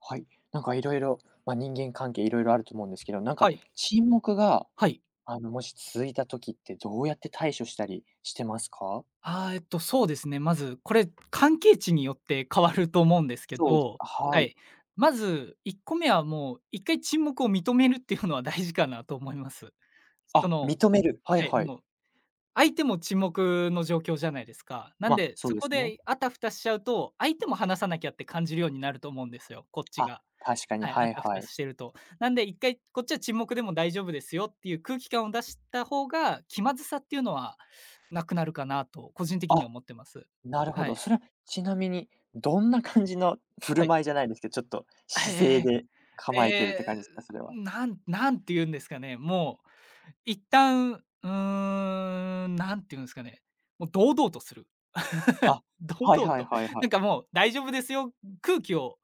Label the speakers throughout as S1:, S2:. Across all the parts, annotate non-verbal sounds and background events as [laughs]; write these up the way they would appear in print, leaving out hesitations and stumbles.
S1: はい、なんかいろいろまあ、人間関係いろいろあると思うんですけど、なんか
S2: はい。
S1: 沈黙が、
S2: はい。
S1: もし続いた時ってどうやって対処したりしてますか？
S2: そうですね。まず、これ、関係値によって変わると思うんですけ
S1: そう、
S2: ど、
S1: は
S2: は
S1: い。
S2: い。まず、1個目はもう、1回沈黙を認めるっていうのは大事かなと思います。そ
S1: あ、
S2: の、
S1: 認める。はい
S2: はい、
S1: はい。
S2: もう、相手も沈黙の状況じゃないですか。なん
S1: ま、あ
S2: で、
S1: そう
S2: そ
S1: で
S2: こ
S1: すね。
S2: であたふたしちゃうと、相手も話さなきゃって感じるようになると思うんですよ、こっち
S1: あ、
S2: が。
S1: 確かに、
S2: はい、
S1: は
S2: あ
S1: い
S2: たふ
S1: は
S2: た
S1: い。
S2: してると。なんで、1回こっちは沈黙でも大丈夫ですよっていう空気感を出した方が、気まずさっていうのはなくなるかなと個人的には
S1: あ、
S2: 思ってます。
S1: なるほ
S2: は
S1: ど。
S2: い。
S1: それはちなみにどんな感じの振
S2: は
S1: る
S2: い。
S1: 舞いじゃないですけど、ちょっと姿勢
S2: ええ、
S1: で
S2: え
S1: 構えてるって
S2: え、
S1: 感じですか？それは。
S2: なんなんて言うんですかね、もう一旦、うーなんて言うんですかね、もう堂々とする。
S1: あ、
S2: 堂
S1: はい
S2: 々
S1: はい
S2: と。
S1: はいは
S2: な
S1: い。
S2: んかもう大丈夫ですよ、空気を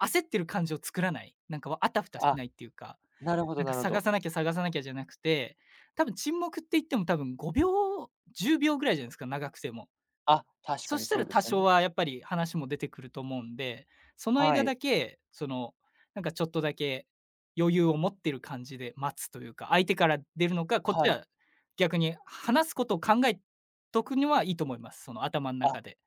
S2: 焦ってる感じを作らない。なんか、あたふたし
S1: あ、
S2: ないっていうか、
S1: なるほ
S2: な
S1: ど
S2: んか
S1: なるほ
S2: 探さ
S1: ど。
S2: なきゃ探さなきゃじゃなくて、多分沈黙って言っても多分5秒、10秒ぐらいじゃないですか、長くても。
S1: あ、確か
S2: そ
S1: に
S2: した
S1: そ
S2: ら
S1: うで
S2: 多
S1: すよ
S2: 少
S1: ね。
S2: はやっぱり話も出てくると思うんで、その
S1: は
S2: 間
S1: い。
S2: だけ、なんかちょっとだけ余裕を持ってる感じで待つというか、相手から出るのか、こっ
S1: は
S2: ち
S1: い。
S2: は逆に話すことを考えとくにはいいと思います。その頭の
S1: あ、
S2: 中で。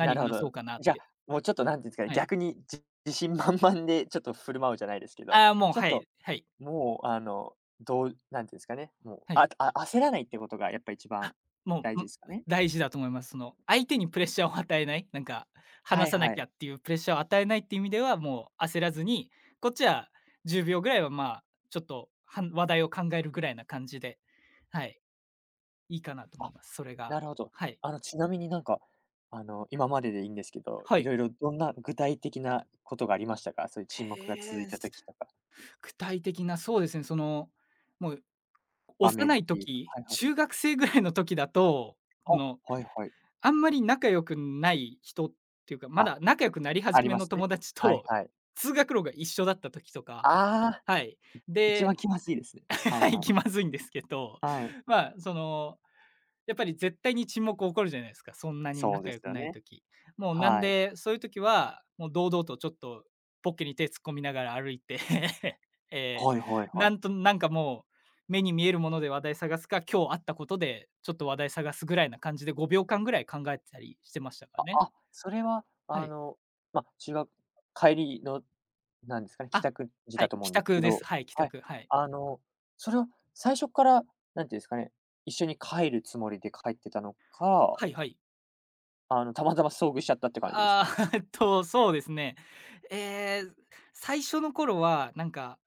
S1: なるほ
S2: 話そ
S1: ど。
S2: うかなっ
S1: じゃ、あ
S2: て。
S1: もうちょっとなんていうんですかね、
S2: はい。
S1: 逆に自信満々でちょっと振る舞うじゃないですけど、
S2: ああ、もう、
S1: ちょっ
S2: は
S1: と
S2: い、はい、
S1: もうどうなんていうんですかね、もう、
S2: はい。
S1: ああ焦らないってことがやっぱ一番
S2: も
S1: 大
S2: う、
S1: 事
S2: む
S1: ですかね？
S2: 大事だと思います。その、相手にプレッシャーを与えない、なんか、
S1: は
S2: 話
S1: い
S2: さな
S1: は
S2: き
S1: い。
S2: ゃっていうプレッシャーを与えないっていう意味では、もう焦らずに、こっちは10秒ぐらいは、まあ、ちょっと、は話題を考えるぐらいな感じで、はい、いいかなと思い
S1: あ、
S2: ます。それが。
S1: なるほど。
S2: はい。
S1: ちなみになんか、今まででいいんですけど、
S2: は
S1: い
S2: い。
S1: ろいろどんな具体的なことがありましたか？そういう沈黙が続
S2: へ
S1: い
S2: え、
S1: た
S2: す
S1: 時とか、
S2: 具体的な、そうですね、もう
S1: 場面
S2: 幼
S1: っ
S2: い
S1: ていうか。
S2: 時、
S1: はいはい。
S2: 中学生ぐらいの時だと、
S1: あ、
S2: その
S1: はいはい。
S2: あんまり仲良くない人。っていうか、ま
S1: あ、
S2: だ仲良くなり
S1: あ
S2: 始
S1: り
S2: め
S1: ま
S2: の
S1: すね。
S2: 友達
S1: はい
S2: と、[laughs]
S1: はい。
S2: 通学路が一緒だった時とか、
S1: ああ、
S2: はい。
S1: 一
S2: で
S1: 番気まずいですね。
S2: [laughs]
S1: はい
S2: はい、
S1: はい。
S2: 気まずいんですけど、
S1: はい。
S2: まあ、その、やっぱり絶対に沈黙起こるじゃないですか、そんなに
S1: そうで
S2: 仲
S1: す
S2: 良く
S1: よ
S2: ない
S1: ね。
S2: 時。もうなん
S1: はい。
S2: で、そういう時は、もう堂々とちょっとポッケに手突っ込みながら歩いて、[laughs] え
S1: はいはい
S2: ー
S1: は
S2: な
S1: い。
S2: なんかもう、目に見えるもので話題探すか、今日あったことでちょっと話題探すぐらいな感じで5秒間ぐらい考えてたりしてましたから
S1: あ
S2: ね。
S1: あ、それは、
S2: はい。
S1: ま、帰りの、なんですかね、帰
S2: あ、
S1: 宅時
S2: は
S1: だ
S2: い、
S1: と思う
S2: 帰
S1: んです
S2: 宅
S1: け
S2: です。
S1: ど、
S2: はい、帰
S1: はい。
S2: 宅、はい。
S1: あの、それは最初から、なんていうんですかね、一緒に帰るつもりで帰ってたのか、
S2: はいはい。
S1: たまたま遭遇しちゃったって感じですか？
S2: ああ、[laughs] そうですね。えー最初の頃は、なんか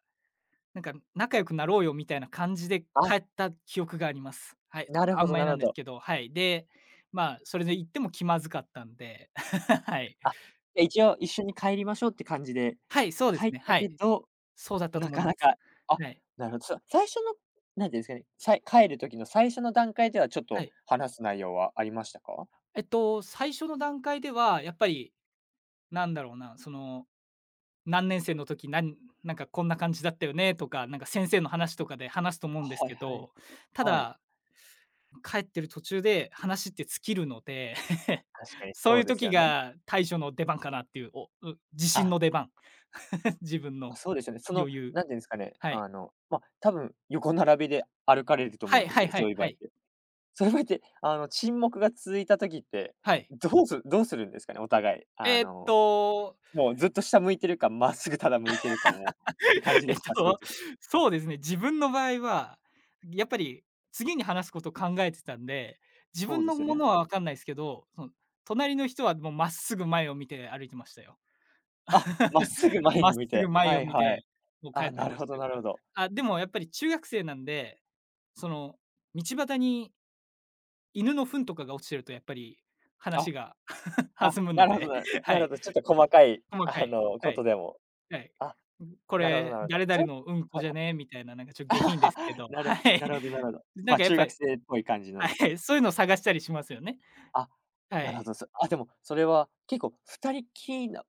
S2: なんか仲良くなろうよみたいな感じで帰
S1: あ、
S2: った記憶があります。はい、ちょ
S1: な
S2: っ
S1: る
S2: とあ
S1: ほ
S2: ん
S1: ど
S2: まえ
S1: な
S2: な
S1: る
S2: ん
S1: ほ
S2: です
S1: ど。
S2: けど、はい。で、まあ、それで行っても気まずかったんで、[laughs] はい。
S1: あ、じゃ、一応一緒に帰りましょうって感じで、
S2: はい、そうです
S1: 帰っ
S2: ね、
S1: た
S2: はい。
S1: けど
S2: そうだったと
S1: な
S2: 思い
S1: か
S2: ま
S1: な
S2: す。
S1: か、あ、
S2: はい、
S1: なるほど。そう最初の、なんていうんですかね、帰る時の最初の段階ではちょっ
S2: は
S1: と
S2: い。
S1: 話す内容はありましたか？
S2: えっと、最初の段階ではやっぱり、なんだろうな、その何年生の時、なんなんかこんな感じだったよねとか、なんか先生の話とかで話すと思うんです
S1: はい
S2: け
S1: はい。
S2: ど、た
S1: はい。
S2: だ、帰ってる途中で話って尽きるので、[laughs]
S1: 確かに
S2: そうい
S1: そう
S2: う
S1: です
S2: 時
S1: よね。
S2: が対処の出番かなっていう、自信
S1: あ、
S2: の出番。[laughs] 自分
S1: まあ、
S2: の
S1: そうですよね。その、
S2: 余裕。
S1: なんていうんですかね、
S2: はい。
S1: まあ、多分横並びで歩かれると
S2: は
S1: 思うん
S2: い
S1: です
S2: はい
S1: けど、
S2: は
S1: そ
S2: い
S1: ういう
S2: は
S1: 場合っ
S2: い。
S1: て。そういう場合って、沈黙が続いた時って、
S2: はい。
S1: どうするんですかね、お互い。
S2: えーっと
S1: もうずっと下向いてるか、まっすぐただ向いてるかもって感
S2: [laughs]
S1: じ
S2: えっ
S1: ですか？そういう
S2: と、
S1: 時。
S2: [laughs] そうですね、自分の場合は、やっぱり次に話すことを考えてたんで、自
S1: そう
S2: 分
S1: で
S2: の
S1: すよ
S2: も
S1: ね。
S2: のは分かんないすけど、その隣の人はもうまっすぐ前を見て歩いてましたよ。
S1: あ、まっすぐ前
S2: ま
S1: に
S2: っす
S1: 向い
S2: ぐ
S1: て。
S2: 前
S1: は
S2: を
S1: い
S2: 見
S1: は
S2: て、
S1: い。
S2: もう帰っ
S1: あ、
S2: て
S1: なる
S2: まし
S1: ほ
S2: た
S1: どなる
S2: か
S1: ほど。
S2: ら。あ、でもやっぱり中学生なんで、その道端に犬の糞とかが落ちてるとやっぱり話
S1: あ。
S2: が [laughs] 弾
S1: あ、
S2: む
S1: な
S2: の
S1: るほど
S2: で、
S1: なる
S2: は
S1: なる
S2: い、
S1: ほど、ちょっと細かい、
S2: 細かい、は
S1: こと
S2: い。
S1: でも。
S2: はい。
S1: あ、
S2: ん、こ
S1: なるほど
S2: れ、
S1: なるほど。
S2: 誰
S1: そ
S2: 々
S1: れ、
S2: のうんこ
S1: はい
S2: じ
S1: は
S2: ゃ
S1: い。
S2: ね？みたいな、なんかちょっと下品ですけど、[laughs]
S1: な
S2: は
S1: る
S2: い。
S1: なるほどなるほど。
S2: な
S1: ま
S2: ん
S1: あ、
S2: かやっ
S1: 中
S2: ぱ
S1: 学
S2: り
S1: 生っぽい感じの。
S2: はい、そういうのを探したりしますよね。
S1: あ、
S2: は
S1: なるほ
S2: い。
S1: ど、でも、それは結構二人きりなっ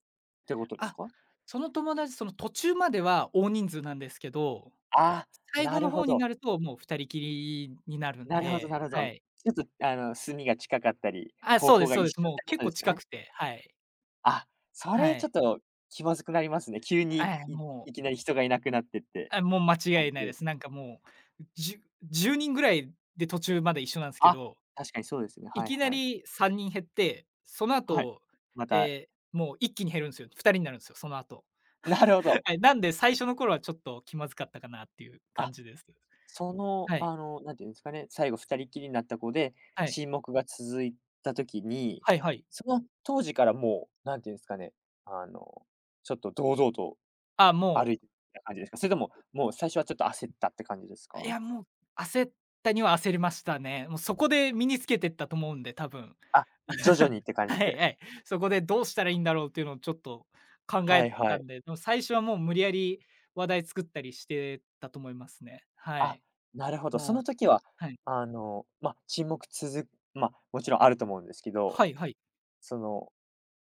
S1: てことです
S2: あ、
S1: か？
S2: その友達、その途中までは大人数なんですけど、
S1: ああ、
S2: 最後
S1: な
S2: の
S1: るほ
S2: 方に
S1: ど。
S2: なるともう二人きりになるん
S1: なるほど
S2: で、
S1: なるほ
S2: は
S1: ど。ち
S2: い。
S1: ょっと、住みが近かったり、
S2: あ、
S1: 方
S2: そうで
S1: 向
S2: す
S1: が
S2: そう
S1: 一
S2: です。
S1: 緒っ
S2: もう
S1: てこ
S2: 結
S1: とで
S2: 構
S1: すよ
S2: 近
S1: ね。
S2: くて、はい。
S1: あ、それ
S2: は
S1: ちょっ
S2: い。
S1: と気まずくなりますね。急に、
S2: はい、
S1: い
S2: も
S1: いき
S2: う、
S1: なり人がいなくなってって
S2: あ、もう間
S1: 感
S2: 違い
S1: じ
S2: ないで
S1: で。
S2: す。なんかもう、じゅ10人ぐらいで途中まで一緒なんですけ
S1: あ、
S2: ど
S1: 確かにそうですね。
S2: い
S1: はい
S2: きな
S1: はい。
S2: り3人減って、その
S1: はい。
S2: 後、
S1: また、
S2: えもう一気に減るんですよ。2人になるんですよ、その後。
S1: [laughs] なるほど。
S2: [laughs] はい、なんで最初の頃はちょっと気まずかったかなっていう感
S1: あ、
S2: じです。
S1: その、
S2: はい、
S1: なんていうんですかね、最後二人きりになった子で、
S2: はい、
S1: 沈黙が続いた時に、
S2: はいはい。
S1: その当時からもう、なんていうんですかね、あの、ちょっと堂々と
S2: あ、
S1: 歩
S2: も
S1: いてた感じですか？それとも、もう最初はちょっと焦ったって感じです
S2: う、い
S1: か？
S2: や、もう焦ったには焦りましたね。もうそこで身につけてったと思うんで、多分。
S1: あ、徐々
S2: [laughs]
S1: にって感じ
S2: はい
S1: で。
S2: はい。そこでどうしたらいいんだろうっていうのをちょっと考え
S1: はいは
S2: た
S1: い。
S2: んで、でも最初はもう無理やり話題作ったりしてたと思いますね。は
S1: あ、
S2: い。
S1: なるほど。そ
S2: もう
S1: の時は、
S2: はい。
S1: まあ、沈黙続くまあ、もちろんあると思うんですけど、
S2: はいはい。
S1: その、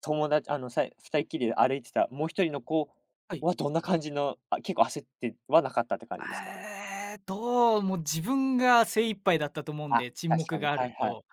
S1: 友達、2人きりで歩いてたもう一人の子
S2: はい。
S1: はどんな感じのあ、結構焦ってはなかったって感じですかね？
S2: ええ、もう自分が精一杯だったと思うん
S1: あ、
S2: で、沈
S1: 確か
S2: 黙
S1: に、
S2: があ
S1: は
S2: る
S1: いはい。
S2: と。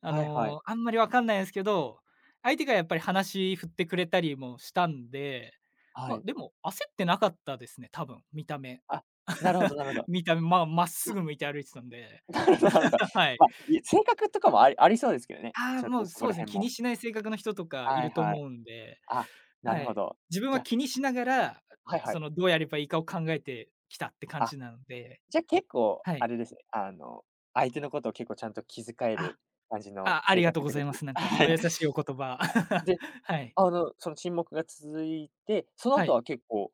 S1: はいはい。
S2: あんまりわかんないですけど、相手がやっぱり話振ってくれたりもしたんで、
S1: は
S2: ま、
S1: い。
S2: でも焦ってなかったですね、多分、見た目。
S1: あ、なるほどなるほ
S2: [laughs]
S1: ど。
S2: 見た目、ま真っ直ぐ向いて歩いてたんで。
S1: [laughs] なるほどなるほど。
S2: [laughs] はい。
S1: まあ、性格とかもありそうですけどね、
S2: ああ、
S1: ちょっ
S2: も
S1: と
S2: う
S1: そ
S2: そ
S1: こ
S2: うで
S1: ら
S2: すね、
S1: 辺
S2: 気に
S1: も。
S2: しない性格の人とかい
S1: は
S2: る
S1: い
S2: と
S1: はい。
S2: 思うんで、
S1: あ、な
S2: は
S1: るほ
S2: い。
S1: ど。
S2: 自分
S1: じ
S2: は
S1: ゃあ、
S2: 気にしながら、
S1: はいはい。
S2: どうやればいいかを考えてきたって感
S1: あ、
S2: じなので、
S1: じゃ、結構
S2: はい。
S1: あれですね、相手のことを結構ちゃんと気遣え
S2: あ
S1: る感じの
S2: あ、あり
S1: 性
S2: がとう
S1: 格っ
S2: ご
S1: て
S2: ざ
S1: こ
S2: い
S1: と
S2: ま
S1: です、
S2: す。なんか
S1: は
S2: お
S1: い。
S2: 優しい
S1: [laughs]
S2: お言葉。[laughs]
S1: で、
S2: はい。
S1: その沈黙が続いて、その
S2: は
S1: 後
S2: い。
S1: は結構、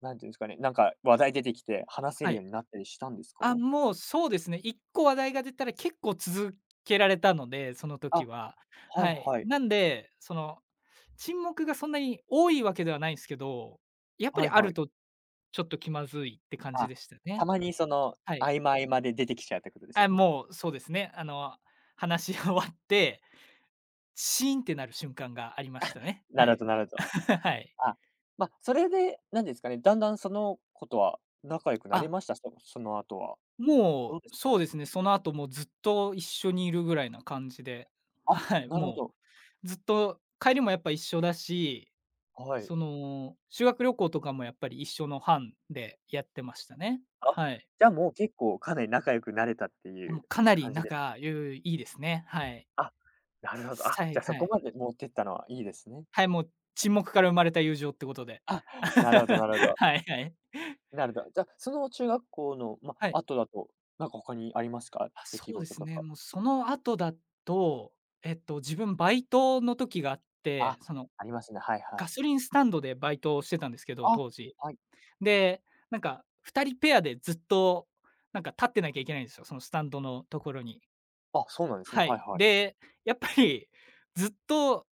S1: なんていうんですかね、なんか話題出てきて話せ
S2: は
S1: るよう
S2: い。
S1: になったりしたんですか？
S2: あ、もうそうですね、一個話題が出たら結構続けられたので、その時
S1: あ、
S2: は。
S1: はい
S2: はい。
S1: はい。
S2: なんで、その、沈黙がそんなに多いわけではないんですけど、やっぱ
S1: は
S2: り
S1: い
S2: あ
S1: は
S2: る
S1: い。
S2: とちょっと気まずいって感じ
S1: あ、
S2: でした
S1: た
S2: ね。
S1: まにその、
S2: はい。
S1: 合間合間で出てきちゃうってことです
S2: あ、
S1: よね。
S2: もうそうですね。話し終わって、シーンってなる瞬間がありましたね。
S1: な
S2: は
S1: るほ
S2: い。
S1: どなる
S2: [laughs]
S1: ほど。
S2: はい。
S1: あ、まあ、それで、なんですかね、だんだんその子とは仲良くなり
S2: あ
S1: ました？その後は。ど
S2: も
S1: うで
S2: う、
S1: すか？
S2: そうですね、その後もうずっと一緒にいるぐらいな感じで、
S1: あ、
S2: はい、
S1: なるほ
S2: も
S1: ど。
S2: うずっと帰りもやっぱ一緒だし、
S1: はい。
S2: 修学旅行とかもやっぱり一緒の班でやってましたね。
S1: あ、
S2: はい。
S1: じゃあもう結構かなり仲良くなれたってい
S2: も
S1: う
S2: うかなり
S1: 感じですか？
S2: 仲ゆいいですね。はい。
S1: あ、なるほど。あ、
S2: さ
S1: じ
S2: い
S1: ゃあ
S2: は
S1: そこ
S2: い。
S1: まで持ってったのはいいですね。
S2: はい、もう沈黙から生まれた友情ってことで。
S1: あ、なるほどなるほ
S2: [laughs]
S1: ど。
S2: はいはい。
S1: なるほど。じゃあ、その中学校の、ま、
S2: はい。
S1: 後だと、なんか他にありますか？
S2: あ、
S1: 出来
S2: そうで
S1: 事
S2: す
S1: と
S2: ね、
S1: か。
S2: もうその後だと、えっと、自分バイトの時があって、
S1: あ、
S2: その
S1: ありますね。はいは
S2: ガ
S1: い。
S2: ソリンスタンドでバイトをしてたんですけど、
S1: あ、
S2: 当時。
S1: はい。
S2: で、なんか2人ペアでずっと、なんか立ってなきゃいけないんですよ、そのスタンドのところに。
S1: あ、そうなんですね。
S2: は
S1: は
S2: い。
S1: いはい。
S2: で、やっぱりずっと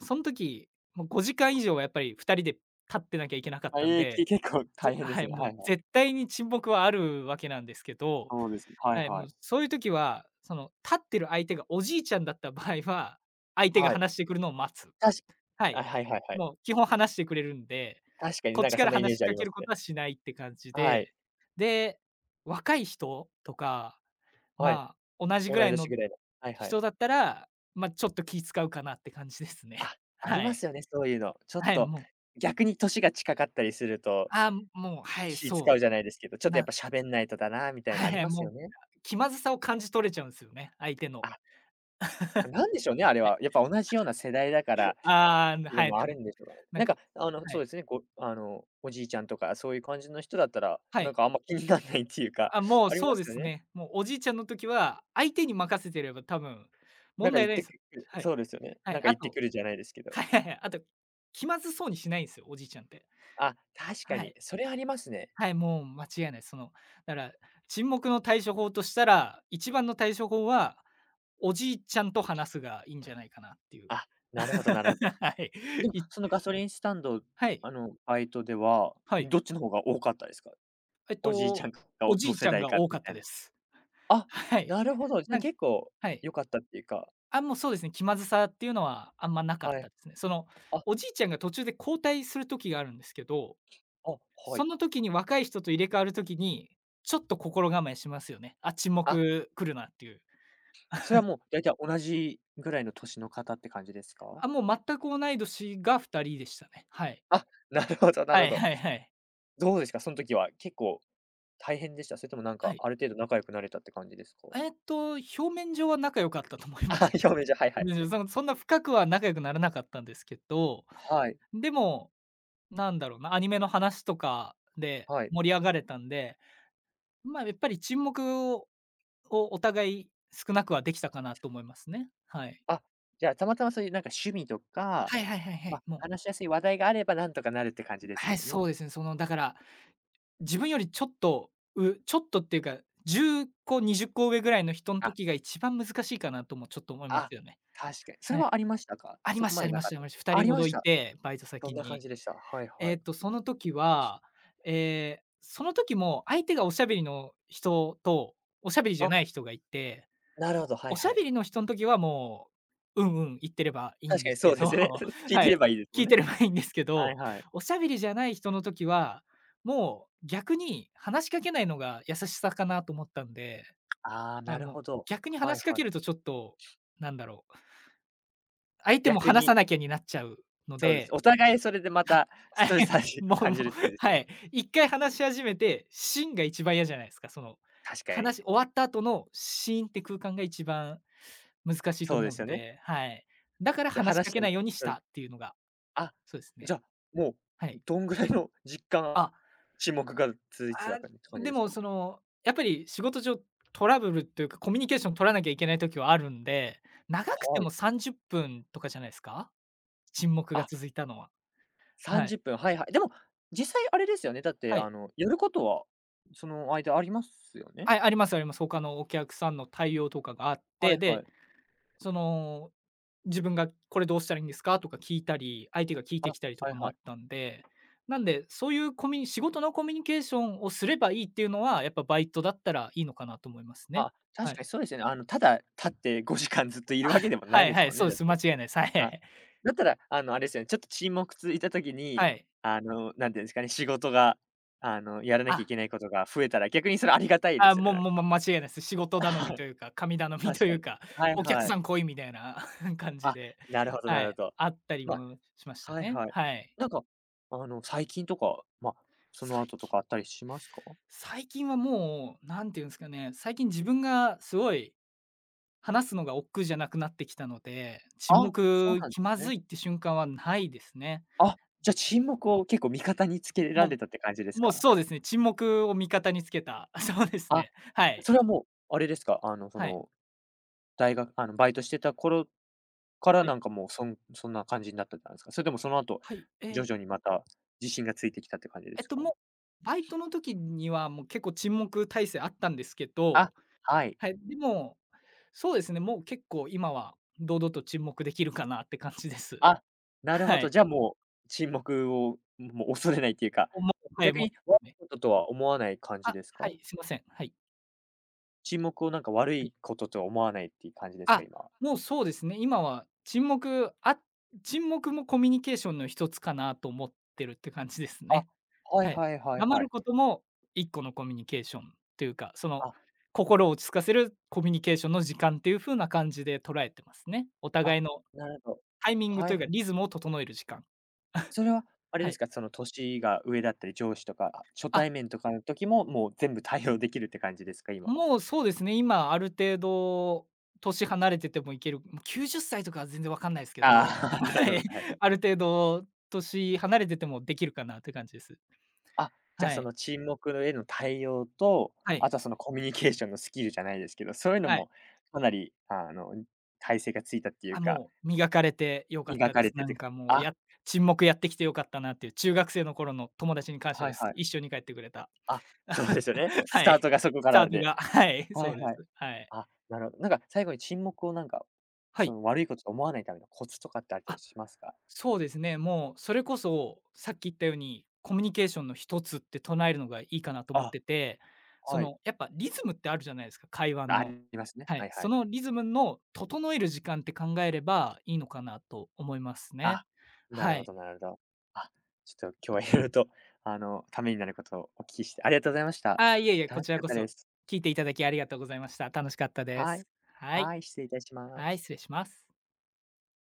S2: その時、もう5時間以上はやっぱり2人で立ってなきゃいけなかっ
S1: あ、
S2: たん
S1: ええ、け
S2: で、
S1: [laughs] 結構大変で
S2: は
S1: す
S2: い、
S1: ね。
S2: もう
S1: はいは
S2: 絶
S1: い。
S2: 対に沈黙はあるわけなんですけど、
S1: そうですね。はい
S2: はい、
S1: は
S2: もう
S1: い。
S2: そういう時は、その立ってる相手がおじいちゃんだった場合は、相手が
S1: はい。
S2: 話してくるのを待つ。
S1: たし、
S2: は
S1: あ、
S2: い。
S1: はいはいはい。
S2: もう基本話してくれるんで、
S1: 確かに
S2: こっ
S1: なん
S2: ち
S1: か
S2: か
S1: そ
S2: ら
S1: んなイメ
S2: 話
S1: ー
S2: し
S1: ジあ
S2: か
S1: り
S2: け
S1: ま
S2: る
S1: す
S2: こ
S1: ね。
S2: とはしないって感じ
S1: は
S2: で、
S1: い。
S2: で、若い人とか、
S1: はい。
S2: まあ、同じ
S1: 同
S2: ぐら
S1: い
S2: い
S1: 年
S2: の
S1: ぐらいの。はいはい。
S2: 人だったら、ちょっと気使うかなって感じですね。
S1: あ、
S2: [laughs]
S1: あり
S2: は
S1: ま
S2: い。
S1: すよね、そういうの。ちょっ
S2: はい、
S1: と、
S2: もう、
S1: 逆に年が近かったりすると、
S2: ああ、もう、はい、
S1: 気使うじゃないですけど、ちょ
S2: う、
S1: っとやっ
S2: な
S1: ぱ
S2: [laughs]
S1: 喋んないとだなみたいなあり
S2: はい
S1: ます
S2: もう、
S1: よね。
S2: 気まずさを感じ取れちゃうんですよね、相手の。
S1: あ、なんでしょうね、あれ
S2: はい。
S1: は。やっぱ同じような世代だから、
S2: ああ、
S1: で
S2: はい、
S1: も
S2: 多
S1: あ
S2: 分、
S1: るんでしょうかね。
S2: なん
S1: なん
S2: か
S1: か、
S2: は
S1: そう
S2: い、
S1: ですね、ごあの、おじいちゃんとかそういう感じの人だったら、
S2: は
S1: なん
S2: い。
S1: かあんま気にならないっていうか、
S2: あ、も
S1: [laughs]
S2: う
S1: あり
S2: そ
S1: ま
S2: う
S1: す
S2: で
S1: よ
S2: す
S1: ね。
S2: ね。もうおじいちゃんの時は、相手に任せてれば多分
S1: なん
S2: 問
S1: か
S2: 題
S1: 言っ
S2: ないで
S1: て
S2: す
S1: く
S2: よ。
S1: る
S2: はい。
S1: そうですよね。
S2: は
S1: な
S2: い、
S1: んか
S2: あ
S1: 言って
S2: と
S1: くるじゃないですけ
S2: [laughs]
S1: ど。
S2: はいはいはい、あと気まずそうにしないんですよ、おじいちゃんって。
S1: あ、確か
S2: は
S1: に、
S2: い。
S1: それありますね。
S2: はい、もう間違いないです。その、だから沈黙の対処法としたら、一番の対処法は、おじいちゃんと話すがいいんじゃないかなっていう。
S1: あ、
S2: [laughs]
S1: なるほどなるほど。
S2: はい。
S1: でも、
S2: い
S1: そのガソリンスタンド、
S2: はい、
S1: バイトでは、
S2: はい。
S1: どっちの方が多かったですか？
S2: えっ
S1: おじいちゃ
S2: と、
S1: んか、
S2: お
S1: お
S2: じ
S1: 同
S2: いち
S1: 世
S2: ゃん
S1: 代
S2: が
S1: か
S2: 多か
S1: み
S2: っ
S1: た
S2: た
S1: いな。
S2: です。
S1: あ、
S2: はい。
S1: なるほど。じゃ、
S2: なん
S1: 結構
S2: はい。
S1: 良かったっていうか、
S2: あ、もうそうですね、気まずさっていうのはあんまなかっ
S1: はい。
S2: たですね。その、
S1: あ、
S2: おじいちゃんが途中で交代する時があるんですけど、
S1: あ、は
S2: そ
S1: い。
S2: の時に若い人と入れ替わる時に、ちょっと心構えしますよね。あ、沈
S1: あ、
S2: 黙来るなっていう。
S1: それはもう大体同じぐらいの年の方って感じですか？
S2: あ、もう全く同い年が2人でしたね。はい。
S1: あ、[laughs] なるほどなる
S2: はい
S1: ほど。
S2: はいはい。
S1: どうですか？その時は結構大変でした？それともなん
S2: は
S1: か
S2: い。
S1: ある程度仲良くなれたって感じですか？
S2: えっと、表面上は仲良かったと思い
S1: [laughs]
S2: ま
S1: あ
S2: す。
S1: あ、表面
S2: [laughs]
S1: 上、はいはい。
S2: 表面上、そんな深くは仲良くならなかったんですけど、
S1: はい、
S2: でも、なんだろうな、アニメの話とかで
S1: はい。
S2: 盛り上がれたんで、まあ、やっぱり沈黙をお互い少なくはできたかなと思いますね。はい。
S1: あ、じゃあ、たまたまそういうなんか趣味とか、
S2: はいはいはいはい。
S1: ま、
S2: もう、
S1: 話しやすい話題があればなんとかなるって感じです
S2: は
S1: け
S2: い、
S1: どね。
S2: そうですね。そのだから、自分よりちょっと、ちょっとっていうか、10個、20個上ぐらいの人ん
S1: あ、
S2: 時が一番難しいかなともちょっと思いま
S1: あ、
S2: すよね。
S1: 確かに。そ
S2: は
S1: れ
S2: い。
S1: はありましたか？
S2: あり
S1: そ
S2: ま
S1: こ
S2: し
S1: ま
S2: たあ
S1: で
S2: り
S1: な
S2: まし
S1: かっ
S2: たありました。2
S1: たあ
S2: 人
S1: り
S2: ほ
S1: ま
S2: ど
S1: し
S2: い
S1: た。
S2: て、バイト
S1: ど
S2: 先
S1: んな感
S2: に。
S1: じでした？はいは
S2: えっ
S1: い。
S2: と、その時は、ええ、その時も相手がおしゃべりの人と、おしゃべりじゃ
S1: あ、
S2: ない人がいて、
S1: なる
S2: お
S1: ほど、は
S2: お
S1: い
S2: し
S1: は
S2: ゃ
S1: い。
S2: べりの人ん時はもう、うんうん、言ってればいいん
S1: 確か
S2: で
S1: に
S2: す
S1: そ
S2: け
S1: うで
S2: ど、
S1: すよね。[laughs]
S2: [laughs]
S1: 聞い
S2: は
S1: て
S2: い、
S1: ればいいですも
S2: 聞
S1: ん
S2: いて
S1: ね。
S2: ればいいんですけ
S1: はい
S2: ど、
S1: はい。
S2: おしゃべりじゃない人の時は、もう逆に話しかけないのが優しさかなと思ったんで、
S1: ああ、
S2: はい、
S1: なる
S2: もう
S1: ほど。
S2: 逆に
S1: はい
S2: 話しか
S1: は
S2: け
S1: い。
S2: るとちょっと、なんだろう、相手も
S1: 逆
S2: 話さ
S1: に、
S2: なきゃになっちゃうの
S1: そうです。
S2: で、
S1: お互いそれでまたストレスら
S2: [laughs]
S1: しく
S2: もう、
S1: 感じるって感じですよ
S2: は
S1: ね。
S2: い、一回話し始めて、シーンが一番嫌じゃないですか、その、
S1: 確かに。
S2: 話終わった後のシーンって空間が一番難しいと
S1: そうで
S2: 思う
S1: す
S2: ん
S1: よね。
S2: で、はい。だから
S1: で、
S2: 話し
S1: 話
S2: か
S1: し
S2: け
S1: て
S2: な
S1: も、
S2: いようにし
S1: それ
S2: たっていうのが、
S1: あ、
S2: そうです
S1: じ
S2: ね。
S1: ゃあ、も
S2: は
S1: う
S2: い。
S1: どんぐらいの実感
S2: あ、
S1: 沈黙が続いてた
S2: あ、
S1: 感じ
S2: で
S1: です
S2: も
S1: か？
S2: その、やっぱり仕事上トラブルというか、コミュニケーション取らなきゃいけない時はあるんで、長くて
S1: はい。
S2: も30分とかじゃないですか？沈黙が
S1: あ、
S2: 続いたのは。は
S1: 30
S2: い。
S1: 分、はいはい。でも、実際あれですよね、だっ
S2: は
S1: て
S2: い。
S1: やることは、その間ありますよね？
S2: はい、ありますあります。他のお客さんの対応とかがあっ
S1: は
S2: て、
S1: いは
S2: で、
S1: い。
S2: その、自分がこれどうしたらいいんですかとか聞いたり、相手が聞いて
S1: あ、
S2: きたりと
S1: は
S2: か
S1: い
S2: もあ
S1: は
S2: っ
S1: い。
S2: たんで、なんで、そういうコミュニ仕事のコミュニケーションをすればいいっていうのは、やっぱバイトだったらいいのかなと思いますね。
S1: あ、
S2: は
S1: 確
S2: い。
S1: かにそうですよね。ただ立って5時間ずっといるわけでもな
S2: は
S1: い
S2: い
S1: で
S2: は
S1: す
S2: い、
S1: もん
S2: そ
S1: ね、
S2: う
S1: だ
S2: で
S1: っ
S2: す。間
S1: て。
S2: 違いないです。はい
S1: あ、
S2: [laughs]
S1: だったら、あれですよね、ちょっと沈黙続いた時
S2: は
S1: に、
S2: い。
S1: なんていうんですかね、仕事が、やらなきゃ
S2: あ、
S1: いけないことが増えたら、逆にそれありがたいで
S2: あ、
S1: すよね、
S2: もう
S1: なん
S2: も
S1: か。
S2: う、ま、間違いないです。仕事
S1: [laughs]
S2: 頼み
S1: は
S2: と
S1: い、
S2: いうか、神頼み
S1: 確
S2: とい
S1: か
S2: う
S1: に。
S2: か、
S1: はい
S2: お客
S1: は
S2: さ
S1: い。
S2: ん来いみたいな [laughs] 感じ
S1: あ、
S2: で、
S1: なるほどな
S2: は
S1: る
S2: い、
S1: ほど。
S2: あったり
S1: ま
S2: もしまし
S1: あ、
S2: た
S1: はい
S2: ね。
S1: はい。
S2: はい。
S1: なんか、最近とか、ま、そ
S2: さ
S1: の後
S2: い
S1: とかあったりしますか？
S2: 最近はもう、なんていうんですかね、最近自分がすごい話すのが億劫じゃなくなってきたので、沈
S1: あ、そう
S2: 黙
S1: なんで
S2: 気
S1: す
S2: まず
S1: ね。
S2: いって瞬間はないですね。
S1: あ、じゃ、沈黙を結構味方につけ
S2: も
S1: ら
S2: う
S1: れたって感じです
S2: もう
S1: か？
S2: そうですね、沈黙を味方につけた、[laughs] そうです
S1: あ、
S2: ね。はい。
S1: それはもう、あれですか、
S2: はい。
S1: 大学、バイトしてた頃から
S2: はい。
S1: なんかもう、そんな感じになってたんてですか？それともその後、
S2: はい。え
S1: 徐
S2: え、
S1: 々にまた自信がついてきたって感じで
S2: えっ
S1: す
S2: と、
S1: か？
S2: もう、バイトの時にはもう結構沈黙体制あったんですけど、
S1: あ、はい。
S2: はい、でも、そうですね、もう結構今は堂々と沈黙できるかなって感じです。
S1: あ、なるほ
S2: は
S1: ど。
S2: い。
S1: じゃあ、もう、沈黙を、もう恐れないっていうか、
S2: おうはい、
S1: 逆
S2: も
S1: に悪
S2: うね。
S1: いこととは思わない感じ
S2: あ、
S1: です
S2: は
S1: か？
S2: い、すいません。はい。
S1: 沈黙をなんか悪
S2: はい。
S1: いこととは思わないっていう感じですか、
S2: あ、
S1: 今は？
S2: もうそうですね。今は沈黙もコミュニケーションの一つかなと思ってるって感じです
S1: あ、
S2: ね。
S1: はい
S2: はい。
S1: はいはい
S2: 黙
S1: は
S2: る
S1: い。
S2: ことも一個のコミュニケーションというか、その
S1: あ、
S2: 心を落ち着かせるコミュニケーションの時間っていう風な感じで捉えてますね。お
S1: あ、
S2: 互いの
S1: なるほど。
S2: タイミング
S1: は
S2: と
S1: い
S2: いう
S1: は
S2: か、
S1: い。
S2: リズムを整える時間。
S1: それはあれ
S2: は
S1: です
S2: い。
S1: か、その年が上だったり、上司とか、初
S2: あ、
S1: 対面とかの時も、もう全部対応できるって感じですか？今は。
S2: もうそうですね、今ある程度年離れててもいける、もう90歳とかは全然わかんないですけど、[laughs]
S1: ああ、[laughs] なる
S2: はい、
S1: ほど、はい。
S2: [laughs] ある程度年離れててもできるかなって感じです。
S1: あ、じゃ、あ
S2: は
S1: そ
S2: い。
S1: の沈黙への対応と、
S2: はい。
S1: あとはそのコミュニケーションのスキルじゃないですけど、そういうの
S2: はい。
S1: もかなり、耐性がついたってい
S2: あ、
S1: うか、
S2: もう磨かれて良かっ
S1: 磨
S2: た
S1: か
S2: です。
S1: れて
S2: な
S1: て
S2: ん
S1: か
S2: かもう、
S1: あ、
S2: や沈黙やってきて良かったなっていう中学生の頃の友達に感謝
S1: は
S2: で
S1: い
S2: す。
S1: はい。
S2: 一緒に帰ってくれた。
S1: あ、そうですよね。
S2: [laughs] は
S1: スター
S2: い。
S1: トがそこ
S2: ス
S1: か
S2: ター
S1: ら
S2: ト
S1: で。
S2: が、はい、
S1: は
S2: そう
S1: い
S2: で
S1: はい。
S2: す。はい。
S1: あ、なるほど。なんか最後に沈黙をなんか、
S2: は
S1: そ
S2: い。
S1: の悪いことと思わないためのコツとかってあった
S2: あ、
S1: りしますか？
S2: そうですね、もうそれこそ、さっき言ったように、コミュニケーションの一つって唱えるのがいいかなと思っ
S1: あ、
S2: てて、そ
S1: はい。
S2: の、やっぱリズムってあるじゃないですか、会話
S1: あ
S2: の。
S1: りますね。
S2: は
S1: は
S2: い、
S1: いは
S2: そ
S1: い。
S2: のリズムの整える時間って考えればいいのかなと思いますね。
S1: あ、な
S2: は
S1: るほ
S2: い。
S1: どなるほど。あ、ちょっと今日は色々と、ためになることをお聞きしてありがとうございました。
S2: あ、いえいえ、こ
S1: 楽
S2: ち
S1: し
S2: ら
S1: かっ
S2: こ
S1: たで
S2: そ
S1: す。
S2: 聞いていただきありがとうございました。楽しかったで
S1: は
S2: す。
S1: い。
S2: はい。
S1: はい、失礼いたしま
S2: はい、
S1: す。
S2: 失礼します。